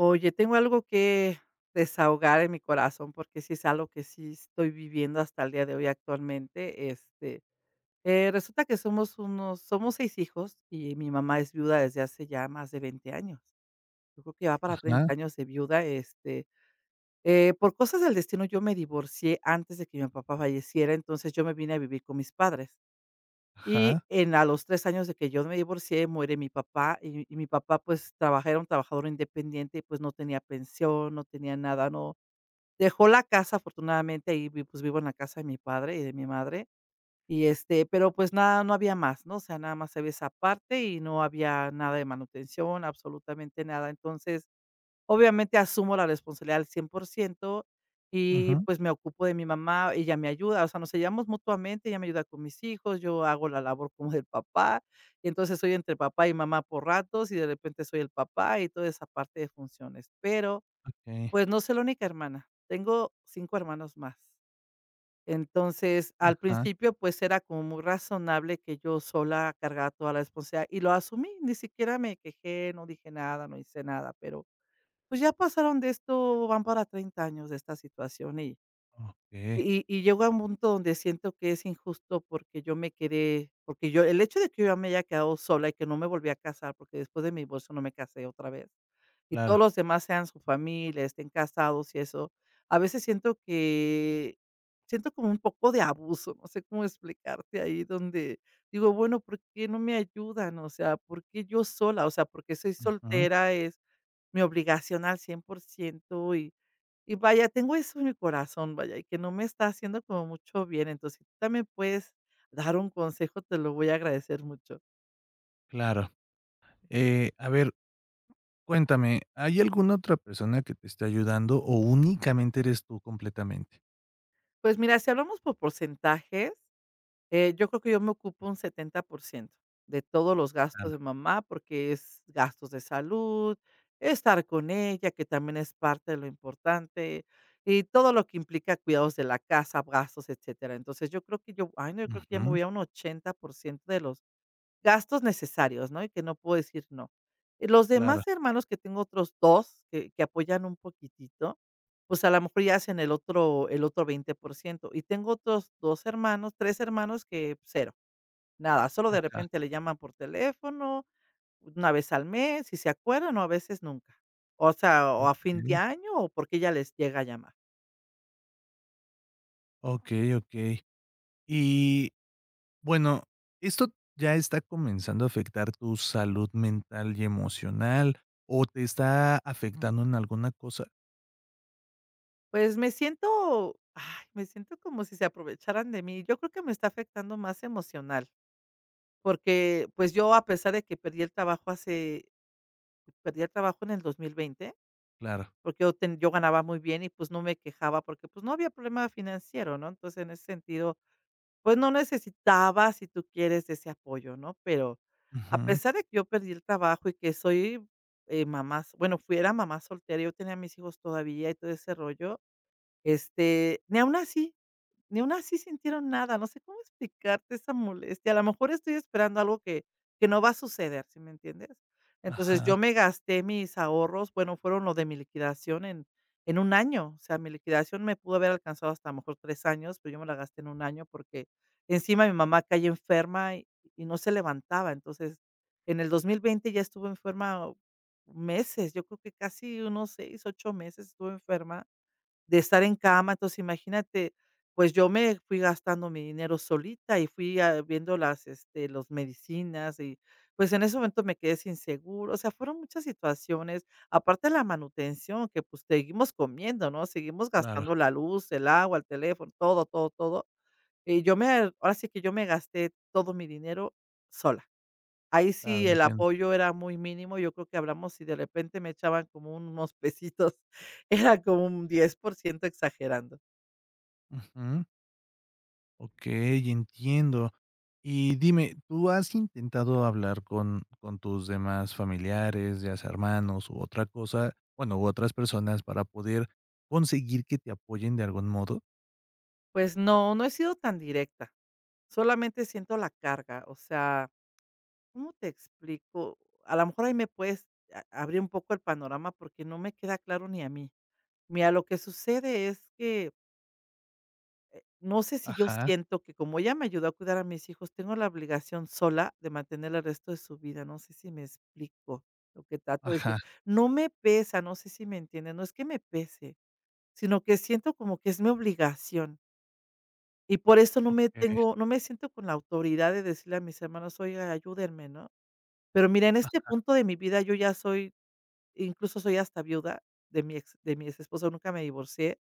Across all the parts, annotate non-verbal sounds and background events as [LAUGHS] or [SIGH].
Oye, tengo algo que desahogar en mi corazón, porque sí es algo que sí estoy viviendo hasta el día de hoy actualmente. Resulta que somos seis hijos y mi mamá es viuda desde hace ya más de 20 años. Yo creo que va para 30 Ajá, años de viuda. Por cosas del destino, yo me divorcié antes de que mi papá falleciera, entonces yo me vine a vivir con mis padres. Y ajá. en a los 3 años de que yo me divorcié, muere mi papá, y mi papá, pues, trabaja era un trabajador independiente y, pues, no tenía pensión, no tenía nada, no dejó la casa. Afortunadamente, ahí vi pues, vivo en la casa de mi padre y de mi madre, y, pero, pues, nada, no había más, ¿no? O sea, nada más había esa parte y no había nada de manutención, absolutamente nada. Entonces, obviamente, asumo la responsabilidad al 100% y, Ujú. pues, me ocupo de mi mamá, ella me ayuda, o sea, nos ayudamos mutuamente, ella me ayuda con mis hijos, yo hago la labor como del papá, y entonces soy entre papá y mamá por ratos, y de repente soy el papá y toda esa parte de funciones. Pero, Okey. pues, no soy la única hermana, tengo 5 hermanos más. Entonces, al Ajá. principio, pues, era como muy razonable que yo sola cargara toda la responsabilidad y lo asumí, ni siquiera me quejé, no dije nada, no hice nada, pero pues ya pasaron de esto, van para 30 años de esta situación y Okey, y y llegó a un punto donde siento que es injusto porque yo el hecho de que yo ya me haya quedado sola y que no me volví a casar, porque después de mi divorcio no me casé otra vez, y todos claro. los demás sean su familia, estén casados y eso, a veces siento como un poco de abuso, no sé cómo explicarte ahí donde digo, bueno, ¿por qué no me ayudan? O sea, ¿por qué yo sola? O sea, porque soy Ujú, soltera es mi obligación al 100% y vaya, tengo eso en mi corazón, vaya, y que no me está haciendo como mucho bien. Entonces, si tú también puedes dar un consejo, te lo voy a agradecer mucho. claro. A ver, cuéntame, ¿hay alguna otra persona que te esté ayudando o únicamente eres tú completamente? Pues mira, si hablamos por porcentajes, yo creo que yo me ocupo un 70% de todos los gastos de Claro. mamá, porque es gastos de salud, estar con ella, que también es parte de lo importante, y todo lo que implica cuidados de la casa, gastos, etcétera. Entonces, yo creo que yo, ay, no, yo creo que ya me Ujú, voy a un 80% de los gastos necesarios, ¿no? Y que no puedo decir no. Los claro. demás hermanos, que tengo otros 2 que apoyan un poquitito, pues, a la mejor ya hacen el otro 20%. Y tengo otros 2 hermanos, 3 hermanos que cero, nada, solo de Ajá. repente le llaman por teléfono, una vez al mes, si se acuerdan, o a veces nunca. O sea, o a fin de Okey, año, o porque ya les llega a llamar. okey, okey. Y bueno, ¿esto ya está comenzando a afectar tu salud mental y emocional o te está afectando en alguna cosa? Pues, ay, me siento como si se aprovecharan de mí. Yo creo que me está afectando más emocional. Porque, pues, yo, a pesar de que perdí el trabajo en el 2020, Claro. porque yo ganaba muy bien y, pues, no me quejaba porque, pues, no había problema financiero, ¿no? Entonces, en ese sentido, pues, no necesitaba, si tú quieres, de ese apoyo, ¿no? Pero, a Ujú. pesar de que yo perdí el trabajo y que soy, mamá s bueno, fui era mamá soltera, yo tenía a mis hijos todavía y todo ese rollo, este, ni aun así ni aun así sintieron nada, no sé cómo explicarte esa molestia. A lo mejor estoy esperando algo que no va a suceder, ¿si me entiendes? Entonces, yo Ajá. me gasté mis ahorros, bueno, fueron lo de mi liquidación en un año, o sea, mi liquidación me pudo haber alcanzado hasta a lo mejor 3 años, pero yo me la gasté en un año porque encima mi mamá cayó enferma y no se levantaba. Entonces, en el 2020 ya estuvo enferma meses, yo creo que casi unos 6 8 meses estuvo enferma de estar en cama, entonces imagínate, pues yo me fui gastando mi dinero solita y fui, viendo los medicinas y, pues, en ese momento me quedé sin seguro, o sea, fueron muchas situaciones, aparte de la manutención que, pues, seguimos comiendo, ¿no? Seguimos Claro, gastando la luz, el agua, el teléfono, todo, todo, todo. Y yo me Ahora sí que yo me gasté todo mi dinero sola. Ahí claro, sí el entiendo. apoyo era muy mínimo, yo creo que hablamos y de repente me echaban como unos pesitos, [LAUGHS] era como un 10% exagerando. Ujú. Okey, entiendo. Y dime, ¿tú has intentado hablar con tus demás familiares, ya sea hermanos u otra cosa, bueno, u otras personas para poder conseguir que te apoyen de algún modo? Pues no, no he sido tan directa, solamente siento la carga, o sea, ¿cómo te explico? A lo mejor ahí me puedes a abrir un poco el panorama porque no me queda claro ni a mí. Mira, lo que sucede es que no sé si yo Ajá, siento que como ella me ayudó a cuidar a mis hijos, tengo la obligación sola de mantener el resto de su vida. No sé si me explico lo que trato de ajá, decir. No me pesa, no sé si me entienden. No es que me pese, sino que siento como que es mi obligación. Y por eso eh, no me siento con la autoridad de decirle a mis hermanos, oiga, ayúdenme, ¿no? Pero mira, en este punto de mi vida yo ya soy, incluso soy hasta viuda de mi ex, esposo, nunca me divorcié,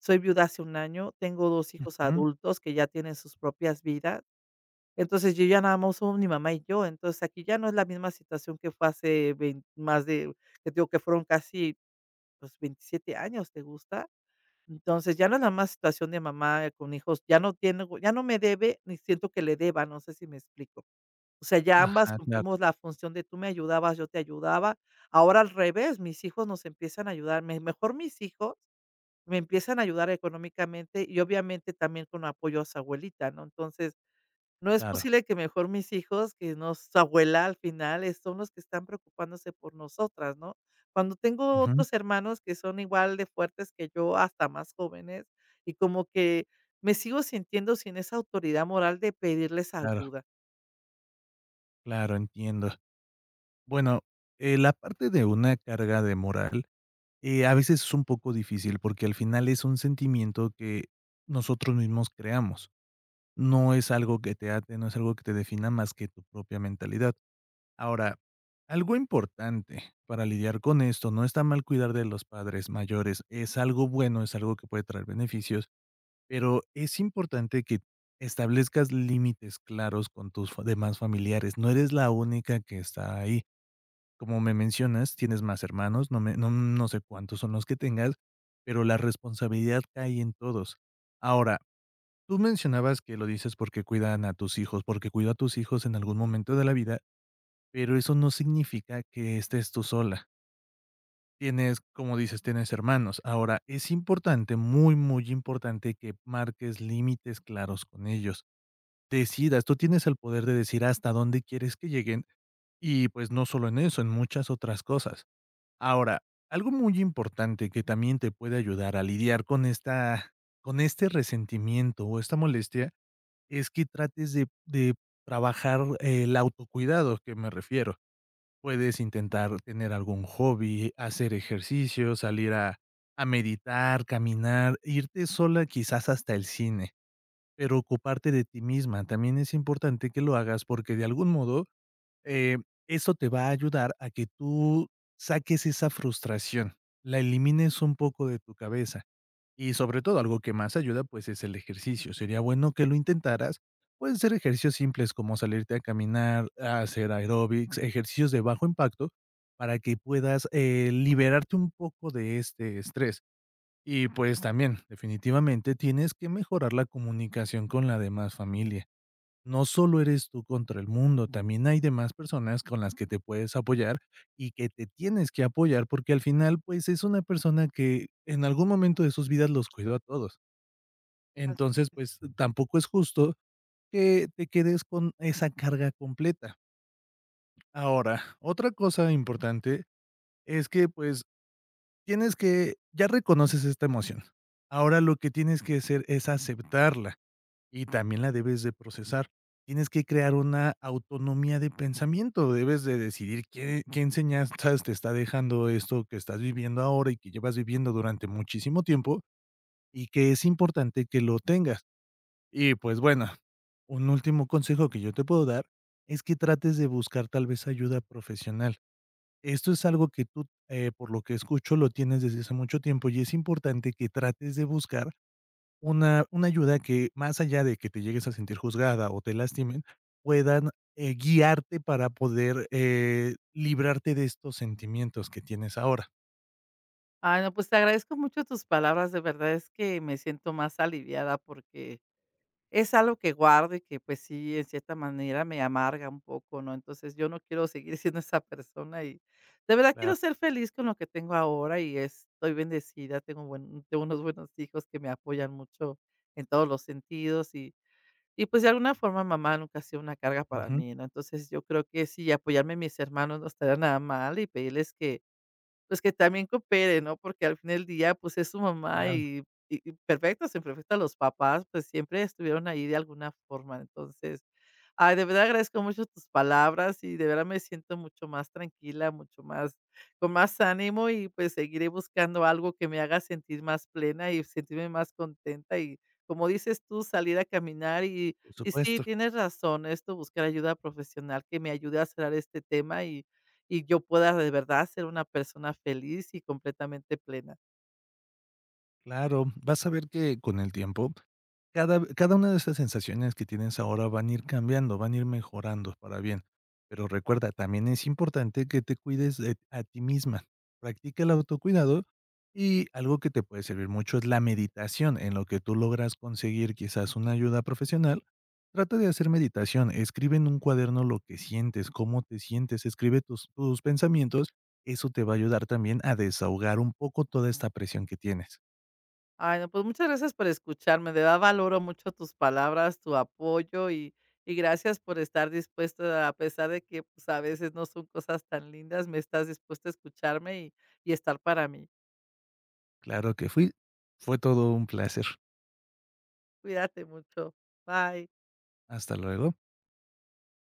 soy viuda hace un año, tengo 2 hijos ujú, adultos que ya tienen sus propias vidas. Entonces, yo ya nada más somos mi mamá y yo. Entonces, aquí ya no es la misma situación que fue hace vein más de, que digo que fueron casi, pues, 27 años, ¿te gusta? Entonces, ya no es la misma situación de mamá con hijos, ya no me debe, ni siento que le deba, no sé si me explico. O sea, ya ambas ajá, claro, cumplimos la función de tú me ayudabas, yo te ayudaba. Ahora al revés, mis hijos nos empiezan a ayudar, me mejor mis hijos me empiezan a ayudar económicamente y obviamente también con apoyo a su abuelita, ¿no? Entonces, no es claro, posible que mejor mis hijos, que no su abuela al final, son los que están preocupándose por nosotras, ¿no? Cuando tengo ujú, otros hermanos que son igual de fuertes que yo, hasta más jóvenes, y como que me sigo sintiendo sin esa autoridad moral de pedirles claro, ayuda. claro, entiendo. Bueno, la parte de una carga de moral, a veces es un poco difícil porque al final es un sentimiento que nosotros mismos creamos. No es algo que te ate, no es algo que te defina más que tu propia mentalidad. Ahora, algo importante para lidiar con esto, no está mal cuidar de los padres mayores, es algo bueno, es algo que puede traer beneficios, pero es importante que establezcas límites claros con tus demás familiares. No eres la única que está ahí. Como me mencionas, tienes más hermanos, no, no, no sé cuántos son los que tengas, pero la responsabilidad cae en todos. Ahora, tú mencionabas que lo dices porque cuidan a tus hijos, porque cuidó a tus hijos en algún momento de la vida, pero eso no significa que estés tú sola. Tienes, como dices, tienes hermanos. Ahora, es importante, muy, muy importante que marques límites claros con ellos. Decidas, tú tienes el poder de decir hasta dónde quieres que lleguen y pues no solo en eso, en muchas otras cosas. Ahora, algo muy importante que también te puede ayudar a lidiar con con este resentimiento o esta molestia es que trates de trabajar el autocuidado, que me refiero. Puedes intentar tener algún hobby, hacer ejercicio, salir a meditar, caminar, irte sola quizás hasta el cine, pero ocuparte de ti misma. También es importante que lo hagas porque de algún modo, eh, eso te va a ayudar a que tú saques esa frustración, la elimines un poco de tu cabeza. Y sobre todo, algo que más ayuda, pues, es el ejercicio. Sería bueno que lo intentaras. Pueden ser ejercicios simples como salirte a caminar, a hacer aeróbics, ejercicios de bajo impacto para que puedas, liberarte un poco de este estrés. Y, pues, también definitivamente tienes que mejorar la comunicación con la demás familia. No solo eres tú contra el mundo, también hay demás personas con las que te puedes apoyar y que te tienes que apoyar, porque al final, pues, es una persona que en algún momento de sus vidas los cuidó a todos. Así Entonces, es. pues, tampoco es justo que te quedes con esa carga completa. Ahora, otra cosa importante es que, pues, tienes que ya reconoces esta emoción. Ahora lo que tienes que hacer es aceptarla. Y también la debes de procesar. Tienes que crear una autonomía de pensamiento, debes de decidir qué enseñanzas te está dejando esto que estás viviendo ahora y que llevas viviendo durante muchísimo tiempo, y que es importante que lo tengas. Y, pues, bueno, un último consejo que yo te puedo dar es que trates de buscar tal vez ayuda profesional. Esto es algo que tú, por lo que escucho, lo tienes desde hace mucho tiempo y es importante que trates de buscar una ayuda que, más allá de que te llegues a sentir juzgada o te lastimen, puedan, guiarte para poder, librarte de estos sentimientos que tienes ahora. Ay, no, pues te agradezco mucho tus palabras, de verdad es que me siento más aliviada porque es algo que guardo y que, pues sí, en cierta manera me amarga un poco, ¿no? Entonces, yo no quiero seguir [LAUGHS] siendo esa persona y de verdad Claro. quiero ser feliz con lo que tengo ahora y estoy bendecida, tengo unos buenos hijos que me apoyan mucho en todos los sentidos y, pues, de alguna forma, mamá nunca ha sido una carga para Ujú. mí, ¿no? Entonces, yo creo que sí, apoyarme mis hermanos no estaría nada mal y pedirles que pues, que también coopere, ¿no? Porque al fin del día, pues, es su mamá Claro, y perfectos, imperfectos, los papás, pues, siempre estuvieron ahí de alguna forma. Entonces, ay, de verdad agradezco mucho tus palabras y de verdad me siento mucho más tranquila, mucho más con más ánimo y, pues, seguiré buscando algo que me haga sentir más plena y sentirme más contenta y, como dices tú, salir a caminar por y sí, supuesto. tienes razón, esto buscar ayuda profesional que me ayude a cerrar este tema y yo pueda de verdad ser una persona feliz y completamente plena. Claro, vas a ver que con el tiempo, cada una de estas sensaciones que tienes ahora van a ir cambiando, van a ir mejorando para bien. Pero recuerda, también es importante que te cuides a ti misma. Practica el autocuidado y algo que te puede servir mucho es la meditación, en lo que tú logras conseguir quizás una ayuda profesional. Trata de hacer meditación, escribe en un cuaderno lo que sientes, cómo te sientes, escribe tus pensamientos. Eso te va a ayudar también a desahogar un poco toda esta presión que tienes. Ay, no, pues muchas gracias por escucharme, de verdad valoro mucho tus palabras, tu apoyo y gracias por estar dispuesta, a pesar de que pues, a veces no son cosas tan lindas, me estás dispuesta a escucharme y estar para mí. Claro que fui. Fue todo un placer. Cuídate mucho. Bye. Hasta luego.